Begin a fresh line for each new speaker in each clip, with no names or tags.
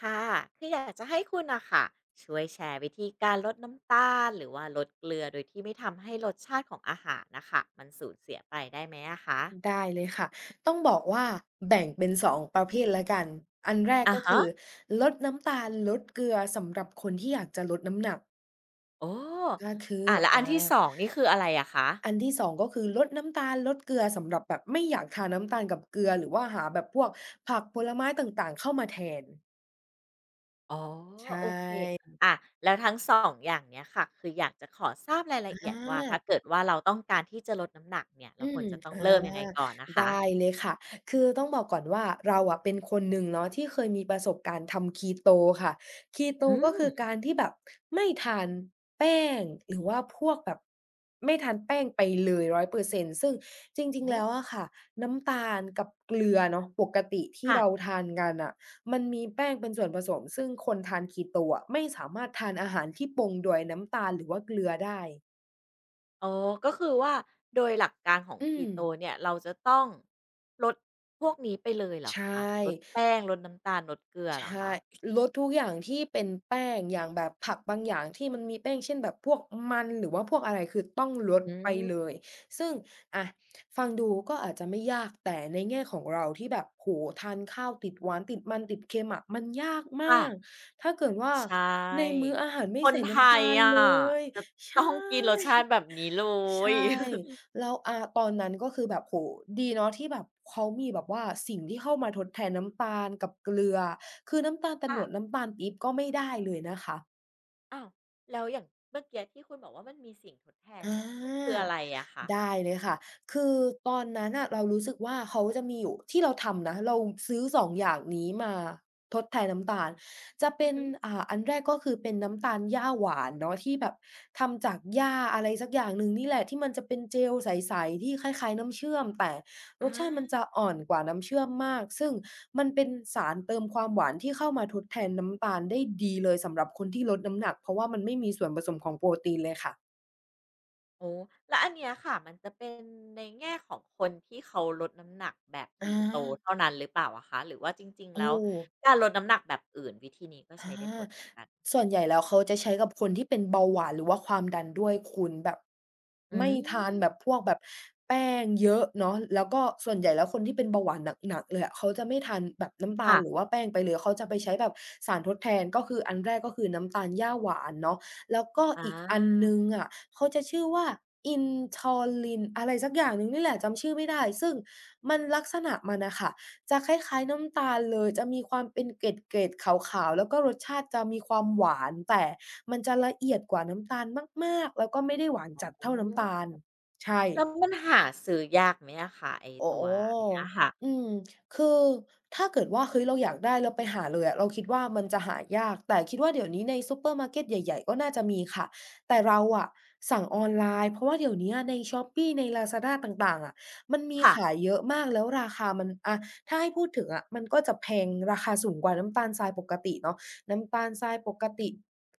ค่ะคืออยากจะให้คุณอะค่ะช่วยแชร์วิธีการลดน้ำตาลหรือว่าลดเกลือโดยที่ไม่ทำให้รสชาติของอาหารนะคะมันสูญเสียไปได้ไหมอะคะ
ได้เลยค่ะ ต้องบอกว่าแบ่งเป็น2ประเภทแล้วกัน อันแรก
อะ
ก็
ฮะ
คือลดน้ำตาลลดเกลือสำหรับคนที่อยากจะลดน้ำหนัก
โอ้
ก็คือ
อ่าแล้วอั
อ่า
นที่สองนี่คืออะไรอะคะ
อันที่2ก็คือลดน้ำตาลลดเกลือสำหรับแบบไม่อยากทานน้ำตาลกับเกลือหรือว่าหาแบบพวกผักผลไม้ต่างๆเข้ามาแทน
อ๋อ
ใช
โอเค
่
อะแล้วทั้ง2องอย่างเนี้ยค่ะคืออยากจะขอทราบรายละ
อ
เอียดว่าถ้า
า
เกิดว่าเราต้องการที่จะลดน้ำหนักเนี่ยเรา
อื
ควร
ม
จะต้อง
อา
เริ่มยังไงก่อนนะคะ
ได้เลยค่ะคือต้องบอกก่อนว่าเราอะเป็นคนหนึ่งเนาะที่เคยมีประสบการณ์ทำ Keto ค่ะ Keto
อื
ก็
ม
คือการที่แบบไม่ทานแป้งหรือว่าพวกแบบไม่ทานแป้งไปเลยร0เปอร์เซนต์ซึ่งจริงๆ
โอ้
แล้วอะค่ะน้ำตาลกับเกลือเนาะปกติที่
ค่ะ
เราทานกันน่ะมันมีแป้งเป็นส่วนผสมซึ่งคนทาน Keto อะไม่สามารถทานอาหารที่ปรุงโดวยน้ำตาลหรือว่าเกลือได้
อ๋อก็คือว่าโดยหลักการของ
อืม
Keto เนี่ยเราจะต้องลดพวกนี้ไปเลยเหรอ
ใช่
คะลดแป้งลดน้ำตาลลดเกลือ
ใช
เหรอ
่
คะ
ลดทุกอย่างที่เป็นแป้งอย่างแบบผักบางอย่างที่มันมีแป้งเช่นแบบพวกมันหรือว่าพวกอะไรคือต้องลด
อื
ไปเล
ม
ยซึ่งอะฟังดูก็อาจจะไม่ยากแต่ในแง่ของเราที่แบบโอ้โฮทานข้าวติดหวานติดมันติดเค็มอะมันยากมา
ค่ะ
กถ้าเกิดว่า
ใช่
ในมื้ออาหารไม่
คน
ใส่
ไท
น้ำ
ย
ตาล
อะ
เลย
จะ
ใช่
ต้องกินรสชาติแบบนี้เล
ใช่
ย
แล้วตอนนั้นก็คือแบบโอ้โฮดีเนาะที่แบบเขามีแบบว่าสิ่งที่เข้ามาทดแทนน้ำตาลกับเกลือคือน้ำตาลโตน
ค่ะ
ดน้ำตาลปี๊บก็ไม่ได้เลยนะคะ
อ้าวแล้วอย่างเมื่อกี้ที่คุณบอกว่ามันมีสิ่งทดแทน
อ
เนี่ยมันคือ
า
อะไรอะคะ
ได้เลยค่ะคือตอนนั้นน่ะเรารู้สึกว่าเขาจะมีอยู่ที่เราทำนะเราซื้อสองอย่างนี้มาทดแทนน้ำตาลจะ
อื
เป็
อ
น
ฮึ
อันแรกก็คือเป็นน้ำตาลหญ้าหวานเนาะที่แบบทำจากหญ้าอะไรสักอย่างหนึ่งนี่แหละที่มันจะเป็นเจลใสๆที่คล้ายๆน้ำเชื่อมแต่ร
อา
สชาติมันจะอ่อนกว่าน้ำเชื่อมมากซึ่งมันเป็นสารเติมความหวานที่เข้ามาทดแทนน้ำตาลได้ดีเลยสำหรับคนที่ลดน้ำหนักเพราะว่ามันไม่มีส่วนผสมของโปรตีนเลยค่ะ
โอ้แล้วอันเนี้ยค่ะมันจะเป็นในแง่ของคนที่เขาลดน้ำหนักแบบ
อา
ทีโตเท่านั้นหรือเปล่าอะคะหรือว่าจริงๆ
โอ้
แล้วการลดน้ำหนักแบบอื่นวิธีนี้ก็ใช้ได้ผล
อา
เหมือนกัน
ส่วนใหญ่แล้วเขาจะใช้กับคนที่เป็นเบาหวานหรือว่าความดันด้วยคุณแบบ
อื
ไม่ทานแบบ
ม
พวกแบบแป้งเยอะเนาะแล้วก็ส่วนใหญ่แล้วคนที่เป็นเบาหวานหนักๆเลยอะเขาจะไม่ทานแบบน้ำตาล
ค่ะ
หรือว่าแป้งไปเลยเขาจะไปใช้แบบสารทดแทนก็คืออันแรกก็คือน้ำตาลหญ้าหวานเนาะแล้วก็
อ
อีกอันห
า
นึ่งอะเขาจะชื่อว่า Intoline อะไรสักอย่างหนึ่งนี่แหละจำชื่อไม่ได้ซึ่งมันลักษณะมันน่ะค่ะ จะคล้ายๆน้ำตาลเลย จะมีความเป็นเกล็ดๆขาวๆแล้วก็รสชาติจะมีความหวานแต่มันจะละเอียดกว่าน้ำตาลมากๆแล้วก็ไม่ได้หวานจัด
อื
เท่าน้ำตา
ม
ลใช่
แล้วมันหาซื้อยากไหมอะคะไอ้
โอ้
ตั
โฮ
วเนี้ยค่ะ
อืมคือถ้าเกิดว่าเฮ้ยเราอยากได้ เราไปหาเลยอะเราคิดว่ามันจะหายากแต่คิดว่าเดี๋ยวนี้ในซูเปอร์มาร์เกตใหญ่ๆก็น่าจะมีค่ะ แต่เราอะ สั่งออนไลน์ เพราะว่าเดี๋ยวนี้ใน Shopee ในลาซาด้าต่างๆอะมันมี
ค่ะ
ขายเยอะมากแล้วราคามันอะถ้าให้พูดถึงอะมันก็จะแพงราคาสูงกว่าน้ำตาลทรายปกติเนาะน้ำตาลทรายปกติ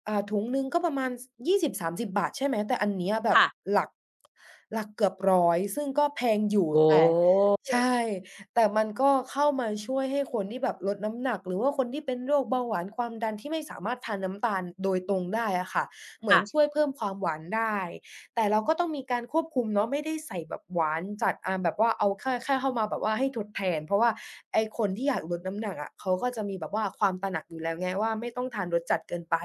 ถุงหนึงก็ประมาณยี่สบสามสิบบาทใช่ไหมแต่อันเนี้ยแบบ
ค่ะ
หลักหลักเกือบร้อยซึ่งก็แพงอยู่
โอ้
แต่
โฮ
ใช่ แต่มันก็เข้ามาช่วยให้คนที่แบบลดน้ำหนักหรือว่าคนที่เป็นโรคเบาหวานความดันที่ไม่สามารถทานน้ำตาลโดยตรงได้อะค่ะเหมือ
ค่ะ
นช่วยเพิ่มความหวานได้แต่เราก็ต้องมีการควบคุมเนาะไม่ได้ใส่แบบหวานจัดแบบว่าเอาแค่เข้ามาแบบว่าให้ทดแทน เพราะว่าไอ้คนที่อยากลดน้ำหนักอะเขาก็จะมีแบบว่าความตระหนักอยู่แล้วไงว่าไม่ต้องทานรสจัดเกินไป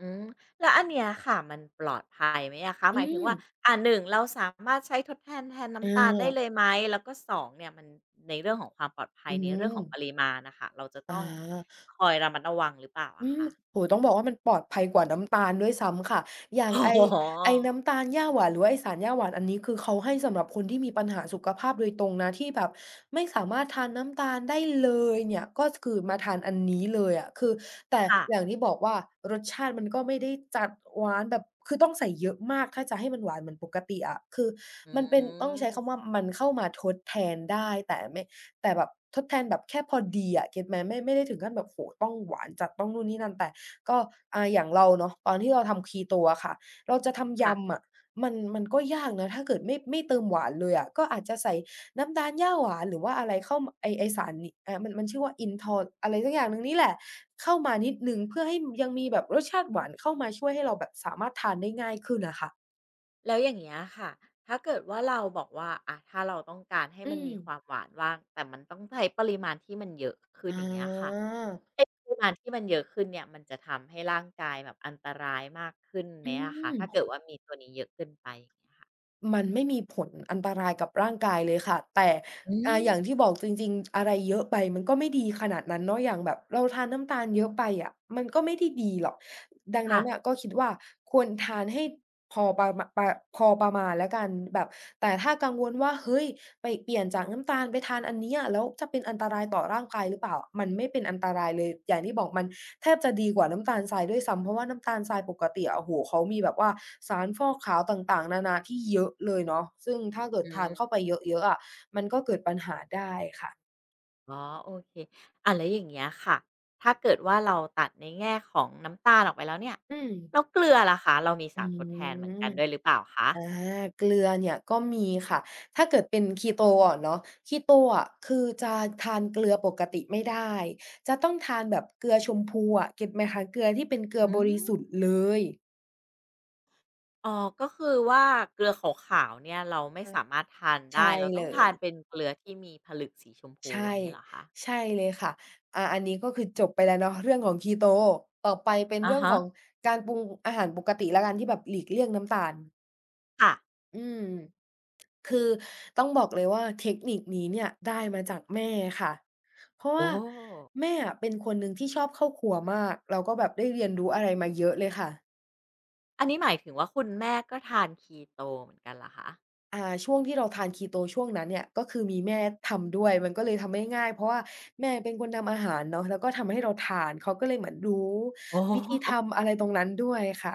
อืมแล้วอันเนี้ยค่ะมันปลอดภัยไหมอะคะห
อื
มายถึง
ม
ว่าอ่าหนึ่งเราสามารถใช้ทดแทนแทน
อ
น้ำตาลได้เล
า
ยไหมแล้วก็สองเนี่ยมันในเรื่องของความปลอดภั
อื
ยในเรื่อ
ม
งของปริมาณน่ะค่ะเราจะ
อ
ต้อง
า
คอยระมัดระวังหรือเปล่า
อื
อะ
ม
คะ
โอ้โฮต้องบอกว่ามันปลอดภัยกว่าน้ำตาลด้วยซ้ำค่ะอย่าง
อ๋
ไอ้
อ
ไอ้น้ำตาลหญ้าหวานหรือว่าไอ้สารหญ้าหวานอันนี้คือเขาให้สำหรับคนที่มีปัญหาสุขภาพโดยตรงนะที่แบบไม่สามารถทานน้ำตาลได้เลยเนี่ยก็คือมาทานอันนี้เลยอะคือแต่
ค่ะ
อย่างที่บอกว่ารสชาติมันก็ไม่ได้จัดหวานแบบคือต้องใส่เยอะมากถ้าจะให้มันหวานเหมือนปกติอะคือ
อื
มันเป็นต้องใช้คำ
ม
ว่ามันเข้ามาทดแทนได้แต่ไม่ แต่แบบทดแทนแบบแค่พอดีอะเก็ตไหมไม่ได้ถึงขั้นแบบโอ้โฮต้องหวานจัดต้องนู่นนี่นั่นแต่ก็อย่างเราเนาะตอนที่เราทำ Keto อะค่ะเราจะทำ
ค่ะ
ยำอะมันก็ยากนะถ้าเกิดไม่เติมหวานเลยอะก็อาจจะใส่น้ำตาลหญ้าหวานหรือว่าอะไรเข้าไอ้สารนี้มันชื่อว่า Intol อะไรสักอย่างหนึ่งนี่แหละเข้ามานิดหนึ่งเพื่อให้ยังมีแบบรสชาติหวานเข้ามาช่วยให้เราแบบสามารถทานได้ง่ายขึ้นอะค่ะ
แล้วอย่างเงี้ยค่ะ ถ้าเกิดว่าเราบอกว่าอะถ้าเราต้องการให้
อื
มัน
ม
มีความหวานว่าง แต่มันต้องใช้ปริมาณที่มันเยอะขึ้นอ
อา
ย่างเงี้ยค่ะไอ้ปริมาณที่มันเยอะขึ้นเนี่ยมันจะทำให้ร่างกายแบบอันตรายมากขึ้นไหม
อื
อะคะถ้าเกิด
ม
ว่ามีตัวนี้เยอะเกินไปอย่างเงี้ยค่ะ
มันไม่มีผลอันตรายกับร่างกายเลยค่ะแต่
อืม
อย่างที่บอกจริงๆอะไรเยอะไปมันก็ไม่ดีขนาดนั้นเนาะอย่างแบบเราทานน้ำตาลเยอะไปอะมันก็ไม่ได้ดีหรอกดัง
ค่ะ
นั้นน่ะก็คิดว่าควรทานให้พอประมาปะพอประมาณแล้วกันแบบแต่ถ้ากังวลว่าเฮ้ยไปเปลี่ยนจากน้ำตาลไปทานอันเนี้ยแล้วจะเป็นอันตรายต่อร่างกายหรือเปล่ามันไม่เป็นอันตรายเลยอย่างที่บอกมัน แทบจะดีกว่าน้ำตาลทรายด้วยซ้ำเพราะว่าน้ำตาลทรายปกติอะโอ้โฮเขามีแบบว่าสารฟอกขาวต่างๆนานาที่เยอะเลยเนาะซึ่งถ้าเกิ
อื
ดทานเข้าไป
ม
เยอะๆอะมันก็เกิดปัญหาได้ค่ะ
อ๋อโอเคอะแล้วอย่างเงี้ยค่ะถ้าเกิดว่าเราตัดในแง่ของน้ำตาลออกไปแล้วเนี่ย
อืม
แล้วเกลือล่ะคะเรามี
อื
สารทดแทนเหมือนกั
ม
นด้วยหรือเปล่าคะ
อาเกลือเนี่ยก็มีค่ะถ้าเกิดเป็น Keto อะเนาะ Keto อะคือจะทานเกลือปกติไม่ได้จะต้องทานแบบเกลือชมพูอะเก็ตไหมคะเกลือที่เป็นเกลือ
อื
บริ
ม
สุทธิ์เลย
อ๋อก็คือว่าเกลือขาวๆเนี่ยเราไม่
อา
สามารถทานได้
ใช่
เราต้
เล
องทา
ย
นเป็นเกลือที่มีผลึกสีชมพู
ใช่
อันนี้เหรอคะ
ใช่เลยค่ะอันนี้ก็คือจบไปแล้วเนาะเรื่องของ k e tต่อไปเป็น
อะ
เรื่อง
ฮะ
ของการปรุงอาหารปกติแล้วกันที่แบบหลีกเลี่ยงน้ำตาล
ค่ะ
อืมคือต้องบอกเลยว่าเทคนิคนี้เนี่ยได้มาจากแม่ค่ะ เพราะ
โอ้
ว่าแม่อะเป็นคนหนึ่งที่ชอบเข้าครัวมากแล้วก็แบบได้เรียนรู้อะไรมาเยอะเลยค่ะ
อันนี้หมายถึงว่าคุณแม่ก็ทาน Keto เหมือนกันเหรอคะ
อ่าช่วงที่เราทาน Keto ช่วงนั้นเนี่ยก็คือมีแม่ทำด้วยมันก็เลยทำได้ง่ายเพราะว่าแม่เป็นคนทำอาหารเนาะแล้วก็ทำให้เราทานเขาก็เลยเหมือนรู้
โอ
วิธี
้
ทำอะไรตรงนั้นด้วยค่ะ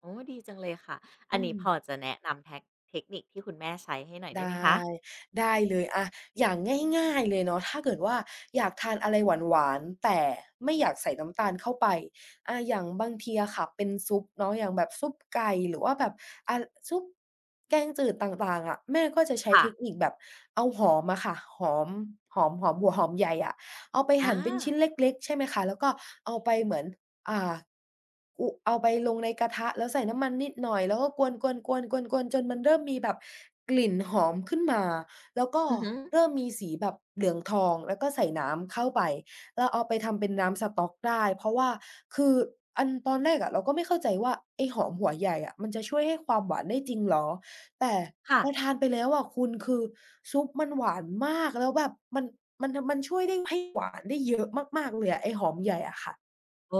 โอ้ดีจังเลยค่ะอั
อื
นนี้
ม
พอจะแนะนำแท็กเทคนิคที่คุณแม่ใช้ให้หน่อยได้ไหม
ได้
คะ
ได้เลยอะอย่างง่ายๆเลยเนาะถ้าเกิดว่าอยากทานอะไรหวานๆแต่ไม่อยากใส่น้ำตาลเข้าไปอย่างบางทีอะค่ะเป็นซุปเนาะอย่างแบบซุปไก่หรือว่าแบบอ่าซุปแกงจืดต่างๆอะแม่ก็จะใช้
ค่ะ
เทคนิคแบบเอาหอมอะค่ะหอมหัวหอมใหญ่อะเอาไป
อ
หั่นเป็นชิ้น
า
เล็กๆใช่ไหมคะแล้วก็เอาไปเหมือน อ่าอุเอาไปลงในกระทะแล้วใส่น้ำมันนิดหน่อยแล้วก็กวนๆๆๆๆจนมันเริ่มมีแบบกลิ่นหอมขึ้นมาแล้วก็
อือฮึ
เริ่มมีสีแบบเหลืองทองแล้วก็ใส่น้ำเข้าไปเราเอาไปทำเป็นน้ำสต๊อกได้เพราะว่าคืออันตอนแรกอะเราก็ไม่เข้าใจว่าไอ้หอมหัวใหญ่อะมันจะช่วยให้ความหวานได้จริงเหรอแต่
ค่ะ
พอทานไปแล้วอะคุณคือซุปมันหวานมากแล้วแบบมันช่วยได้ให้หวานได้เยอะมากๆเลยอะไอ้หอมใหญ่อะค่ะ
โอ้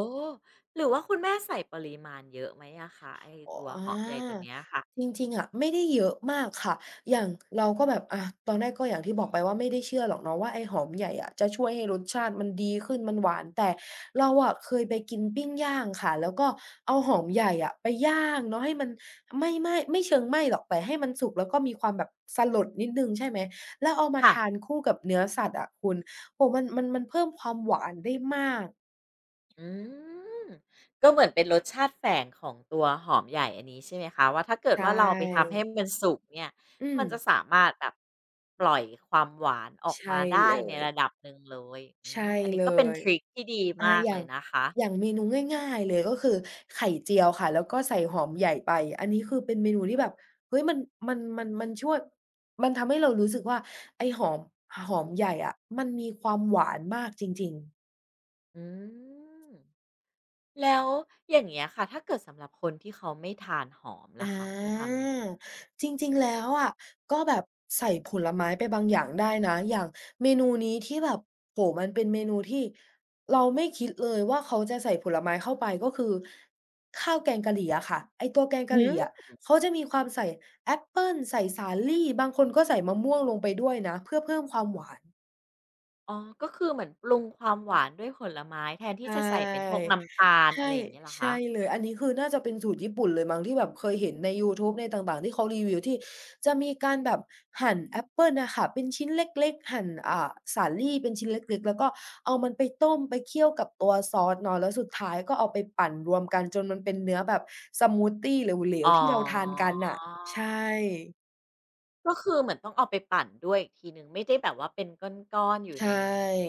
หรือว่าคุณแม่ใส่ปริมาณเยอะไหมอะคะไอ้
อ๋อ
ตัวหอมใหญ่ตัวเนี้ยค่ะ
จริงๆอะไม่ได้เยอะมากค่ะอย่างเราก็แบบตอนแรกก็อย่างที่บอกไปว่าไม่ได้เชื่อหรอกเนาะว่าไอ้หอมใหญ่อะจะช่วยให้รสชาติมันดีขึ้นมันหวานแต่เราอะเคยไปกินปิ้งย่างค่ะแล้วก็เอาหอมใหญ่อะไปย่างเนาะให้มันไม่ไหม้ไม่เชิงไหม้หรอกแต่ให้มันสุกแล้วก็มีความแบบสลดนิดหนึ่งใช่ไหมแล้วเอามา
ค่ะ
ทานคู่กับเนื้อสัตว์อะคุณโอ้โฮมันเพิ่มความหวานได้มาก
อืมก็เหมือนเป็นรสชาติแฝงของตัวหอมใหญ่อันนี้ใช่ไหมคะว่าถ้าเกิด
ใช่
ว่าเราไปทำให้มันสุกเนี่ย
อืม
มันจะสามารถแบบปล่อยความหวานออก
ใช่
มาได้
เล
ใน
ย
ระดับหนึ่งเลยอืม
ใช่
อันนี้
เล
ก็เป็น
ย
ทริคที่ดี
อา
มาก
อ
เล
ย่า
ย
ง
นะคะ
อย่างเมนูง่ายๆเลยก็คือไข่เจียวค่ะแล้วก็ใส่หอมใหญ่ไปอันนี้คือเป็นเมนูที่แบบเฮ้ยมันช่วยมันทำให้เรารู้สึกว่าไอ้หอมใหญ่อะมันมีความหวานมากจริงๆ
อืมแล้วอย่างเงี้ยค่ะถ้าเกิดสำหรับคนที่เขาไม่ทานหอม
อ
ล่ะคะจะ
า
ทำยังไง
จริงๆแล้วอะก็แบบใส่ผลไม้ไปบางอย่างได้นะอย่างเมนูนี้ที่แบบโอ้โฮมันเป็นเมนูที่เราไม่คิดเลยว่าเขาจะใส่ผลไม้เข้าไปก็คือข้าวแกงกะหรี่อะค่ะไอ้ตัวแกง
หื
กะหรี่
ม
อะเขาจะมีความใส่แอปเปิลใส่สาลี่บางคนก็ใส่มะม่วงลงไปด้วยนะเพื่อเพิ่มความหวาน
อ๋อก็คือเหมือนปรุงความหวานด้วยผลไม้แทนที่
ใช่
จะใส่เป็นพวกน้ำตาลอะไร
ใช่
อย่างเงี้ยเหรอ
ใช่
คะ
เลยอันนี้คือน่าจะเป็นสูตรญี่ปุ่นเลยมั้งที่แบบเคยเห็นในยูทูบในต่างๆที่เขารีวิวที่จะมีการแบบหั่นแอปเปิลอะค่ะเป็นชิ้นเล็กๆหั่นสาลี่เป็นชิ้นเล็กๆแล้วก็เอามันไปต้มไปเคี่ยวกับตัวซอสเนาะแล้วสุดท้ายก็เอาไปปั่นรวมกันจนมันเป็นเนื้อแบบสมูททีเหล
อ๋
ว
อ
ๆที่เราทานกันน่ะใช่
ก็คือเหมือนต้องเอาไปปั่นด้วยอีกทีหนึ่งไม่ได้แบบว่าเป็นก้อนๆอยู่
ใช
ใน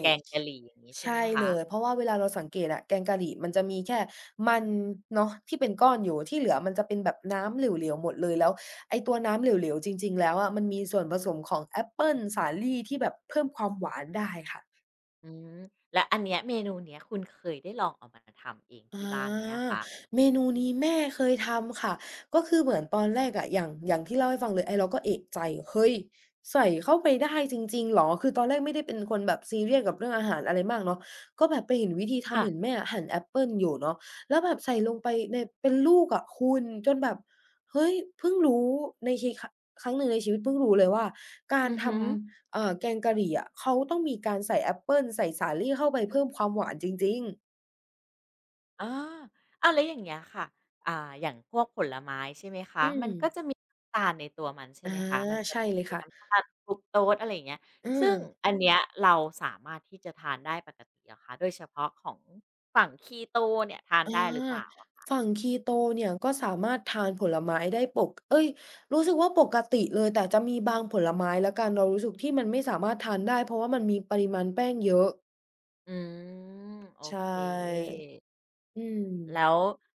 แกงกะหรี่อย่างงี้ใช่ไหม
ใช่
คะ
เลยเพราะว่าเวลาเราสังเกตอะแกงกะหรี่มันจะมีแค่มันเนาะที่เป็นก้อนอยู่ที่เหลือมันจะเป็นแบบน้ำเหลวๆหมดเลยแล้วไอ้ตัวน้ำเหลวๆจริงๆแล้วอะมันมีส่วนผสมของแอปเปิลสาลี่ที่แบบเพิ่มความหวานได้ค่ะ
อืมแล้วอันเนี้ยเมนูเนี้ยคุณเคยได้ลองเอามาทำเอง
อ
ที่บ้านไหมอะ
า
คะ
เมนูนี้แม่เคยทำค่ะก็คือเหมือนตอนแรกอะอย่างที่เล่าให้ฟังเลยไอ้เราก็เอะใจเฮ้ยใส่เข้าไปได้จริงๆเหรอคือตอนแรกไม่ได้เป็นคนแบบซีเรียสกับเรื่องอาหารอะไรมากเนาะก็แบบไปเห็นวิธี
ค่ะ
ทำเห็นแม่อะหั่นแอปเปิลอยู่เนาะแล้วแบบใส่ลงไปในเป็นลูกอะคุณจนแบบเฮ้ยเพิ่งรู้ในชีคครั้งหนึ่งในชีวิตเพิ่งรู้เลยว่าการ
อือ
ท
ฮึ
ำแกงกะหรี่อะเขาต้องมีการใส่แอปเปิลใส่สาลี่เข้าไปเพิ่มความหวานจริงๆ
อาอ้าวแล้วอย่างเงี้ยค่ะอ่าอย่างพวกผลไม้ใช่ไหมคะ
อื
มัน
ม
ก็จะมีน้ำตาลในตัวมันใช่
อา
ไหมคะมันจะ
ใช่
เหมือน
เลย
มี
ค่ะ
น้ำตาลฟรุกโตสอะไรอย่างเงี้ย
อื
ซึ่
ม
งอันเนี้ยเราสามารถที่จะทานได้ปกติเหรอคะโดยเฉพาะของฝั่ง Keto เนี่ยทาน
อา
ได้หรือเปล่า
ฝั่งคีโตเนี่ยก็สามารถทานผลไม้ได้ปกเอ๊ยรู้สึกว่าปกติเลยแต่จะมีบางผลไม้แล้วกันเรารู้สึกที่มันไม่สามารถทานได้เพราะว่ามันมีปริมาณแป้งเยอะ
อืมโอ
ใช
เค
่อืม
แล้ว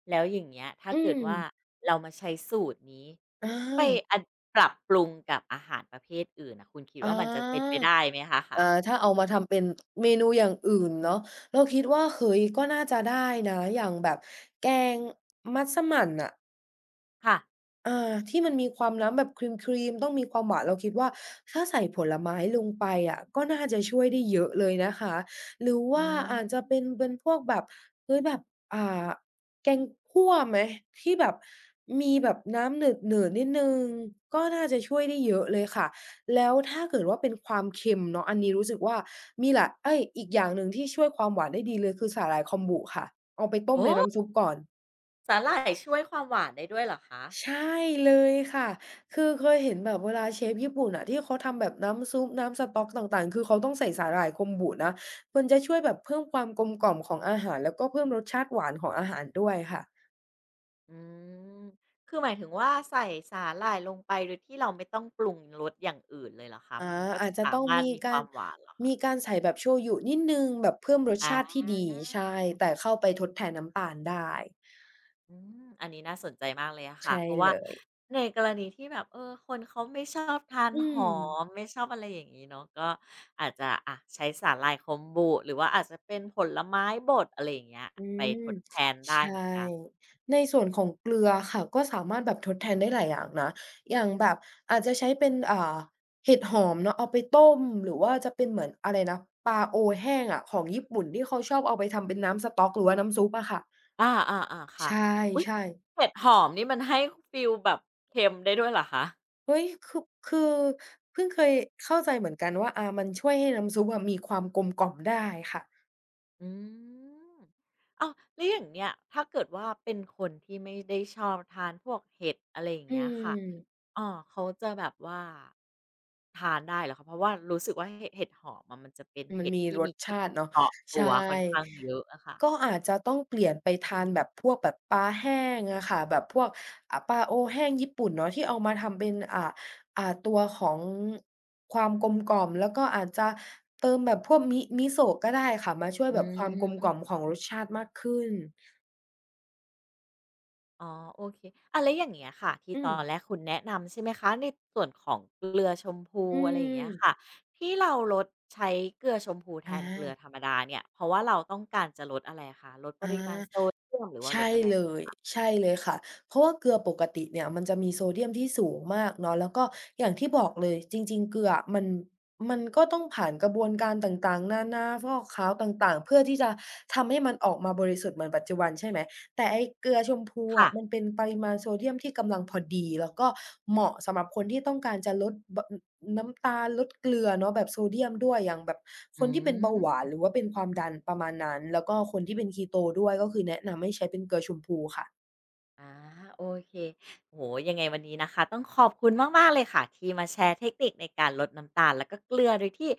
แล้วอย่างเงี้ยถ้า
อื
เกิด
ม
ว่าเรามาใช้สูตรนี้
อ
ไป
า
อัดปรับปรุงกับอาหารประเภทอื่นน่ะคุณคิด
อา
ว่ามันจะเป็นไปได้ไหมคะคะ
อาถ้าเอามาทำเป็นเมนูอย่างอื่นเนาะเราคิดว่าเฮ้ยก็น่าจะได้นะอย่างแบบแกงมัสมั่นน่ะ
ค่ะ
อาที่มันมีความน้ำแบบครีมๆต้องมีความหวานเราคิดว่าถ้าใส่ผลไม้ลงไปอะก็น่าจะช่วยได้เยอะเลยนะคะหรือ
อื
ว่าอาจจะ
ม
เป็นพวกแบบเฮ้ยแบบอ่าแกงคั่วไหมที่แบบมีแบบน้ำหนืดๆนิดหนึ่งก็น่าจะช่วยได้เยอะเลยค่ะแล้วถ้าเกิดว่าเป็นความเค็มเนาะอันนี้รู้สึกว่ามีหลายเอ๊ยอีกอย่างหนึ่งที่ช่วยความหวานได้ดีเลยคือสาหร่ายคอมบุค่ะเอาไปต้ม
โอ้
ในน้ำซุปก่อน
สาหร่ายช่วยความหวานได้ด้วยเหรอคะ
ใช่เลยค่ะคือเคยเห็นแบบเวลาเชฟญี่ปุ่นอะที่เขาทำแบบน้ำซุปน้ำสต๊อกต่างๆคือเขาต้องใส่สาหร่ายคอมบุนะมันจะช่วยแบบเพิ่มความกลมกล่อมของอาหารแล้วก็เพิ่มรสชาติหวานของอาหารด้วยค่ะ
อืมคือหมายถึงว่าใส่สาหร่ายลงไปโดยที่เราไม่ต้องปรุงรสอย่างอื่นเลยเหรอคะมัน
อา
ก็จะ
อาจจะ
สา
ต้อง
มารถ
มี
มีค
กา
วา
ร
มหวานเหรอคะ
ใส่แบบโชยุนิดหนึ่งแบบเพิ่มรส
อา
ชาติที่ดีใช่แต่เข้าไปทดแทนน้ำตาลได้
อืมอันนี้น่าสนใจมากเลยอะค่ะ
ใช่
เพราะ
เล
ว่า
ย
ในกรณีที่แบบคนเขาไม่ชอบทาน
อื
ห
ม
อมไม่ชอบอะไรอย่างงี้เนาะก็อาจจะอะใช้สาหร่ายคอมบุหรือว่าอาจจะเป็นผลไม้บดอะไรอย่างเงี้ย
อื
ไป
ม
ทดแทนได้
ใช่
เหมือนกัน
ในส่วนของเกลือค่ะก็สามารถแบบทดแทนได้หลายอย่างนะอย่างแบบอาจจะใช้เป็นเห็ดหอมเนาะเอาไปต้มหรือว่าจะเป็นเหมือนอะไรนะปลาโอแห้งอะของญี่ปุ่นที่เขาชอบเอาไปทำเป็นน้ำสต๊อกหรือว่าน้ำซุปอะค่ะ
อาๆๆ
ใช
ค่ะอุ๊ย
่ๆ
เห็ดหอมนี่มันให้ฟีลแบบเค็มได้ด้วยเหรอคะ
เฮ้ยคือเพิ่งเคยเข้าใจเหมือนกันว่าอามันช่วยให้น้ำซุปอะมีความกลมกล่อมได้ค่ะ
อืมอ้าวแล้วอย่างเงี้ยถ้าเกิดว่าเป็นคนที่ไม่ได้ชอบทานพวกเห็ดอะไรอย่าง
อื
เงี้ยค่ะ
ม
เขาจะแบบว่า ทานได้เหรอคะเพราะว่ารู้สึกว่าเหเห็ดหอมอะมันจะเป็น
มัน
เห็ด
มี
ที่
ร
มี
ส
กลิ่
ชา
น
ติ
เฉ
เนาะ
พาะตั
ใช่
วค่อนข้างเยอะอะค่ะ
ก็อาจจะต้องเปลี่ยนไปทานแบบพวกแบบปลาแห้งอะค่ะแบบพวกปลาโอแห้งญี่ปุ่นเนาะที่เอามาทำเป็นอ่าตัวของความกลมกล่อมแล้วก็อาจจะเติมแบบพวกมิโซะก็ได้ค่ะมาช่วย
อื
แบบ
ม
ความกลม
อื
กล่อม
ม
ของรสชาติมากขึ้น
อ๋อโอเคอะแล้วอย่างเงี้ยค่ะที่
อื
ตอ
ม
นแรกคุณแนะนำใช่ไหมคะในส่วนของเกลือชมพู
อื
อะไรอย่างเงี้
ม
ยค่ะที่เราลดใช้เกลือชมพูแท
อา
นเกลือธรรมดาเนี่ยเพราะว่าเราต้องการจะลดอะไรอะคะลดปริมาณ
อา
โซเดียมหรือว่าลด
ใช่
อะไร
เลยใช่เลยค่ะเพราะว่าเกลือปกติเนี่ยมันจะมีโซเดียมที่สูงมากเนาะแล้วก็อย่างที่บอกเลยจริงๆเกลืออะมันก็ต้องผ่านกระบวนการต่างๆนานาฟอกขาวต่างๆเพื่อที่จะทำให้มันออกมาบริสุทธิ์เหมือนปัจจุบันใช่ไหม แต่ไอ้เกลือชมพู
ค่ะ
อะมันเป็นปริมาณโซเดียมที่กำลังพอดีแล้วก็เหมาะสำหรับคนที่ต้องการจะลดบอน้ำตาลลดเกลือเนาะแบบโซเดียมด้วยอย่างแบบ
อื
คนที่เป็นเบาหวานห
ม
รือว่าเป็นความดันประมาณนั้นแล้วก็คนที่เป็น Keto ด้วยก็คือแนะนำให้ใช้เป็นเกลือชมพูค่ะ
อาโอเคโหยังไงวันนี้นะคะต้องขอบคุณมากๆเลยค่ะที่มาแชร์เทคนิคในการลดน้ำตาลแล้วก็เกลือโดยที่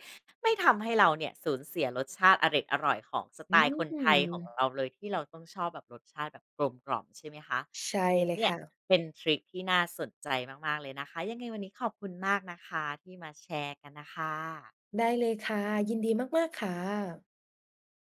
ไม่ทำให้เราเนี่ยสูญเสียรสชาติอร็ดอร่อยของสไต
อื
ล์คน
ม
ไทยของเราเลยที่เราต้องชอบแบบรสชาติแบบกลมกล่อมใช่ไหมคะ
ใช่
เนีย
เลย
เนี่ย
ค่ะ
เป็นทริคที่น่าสนใจมากๆเลยนะคะยังไงวันนี้ขอบคุณมากนะคะที่มาแชร์กันนะคะ
ได้เลยค่ะยินดีมากๆค่ะ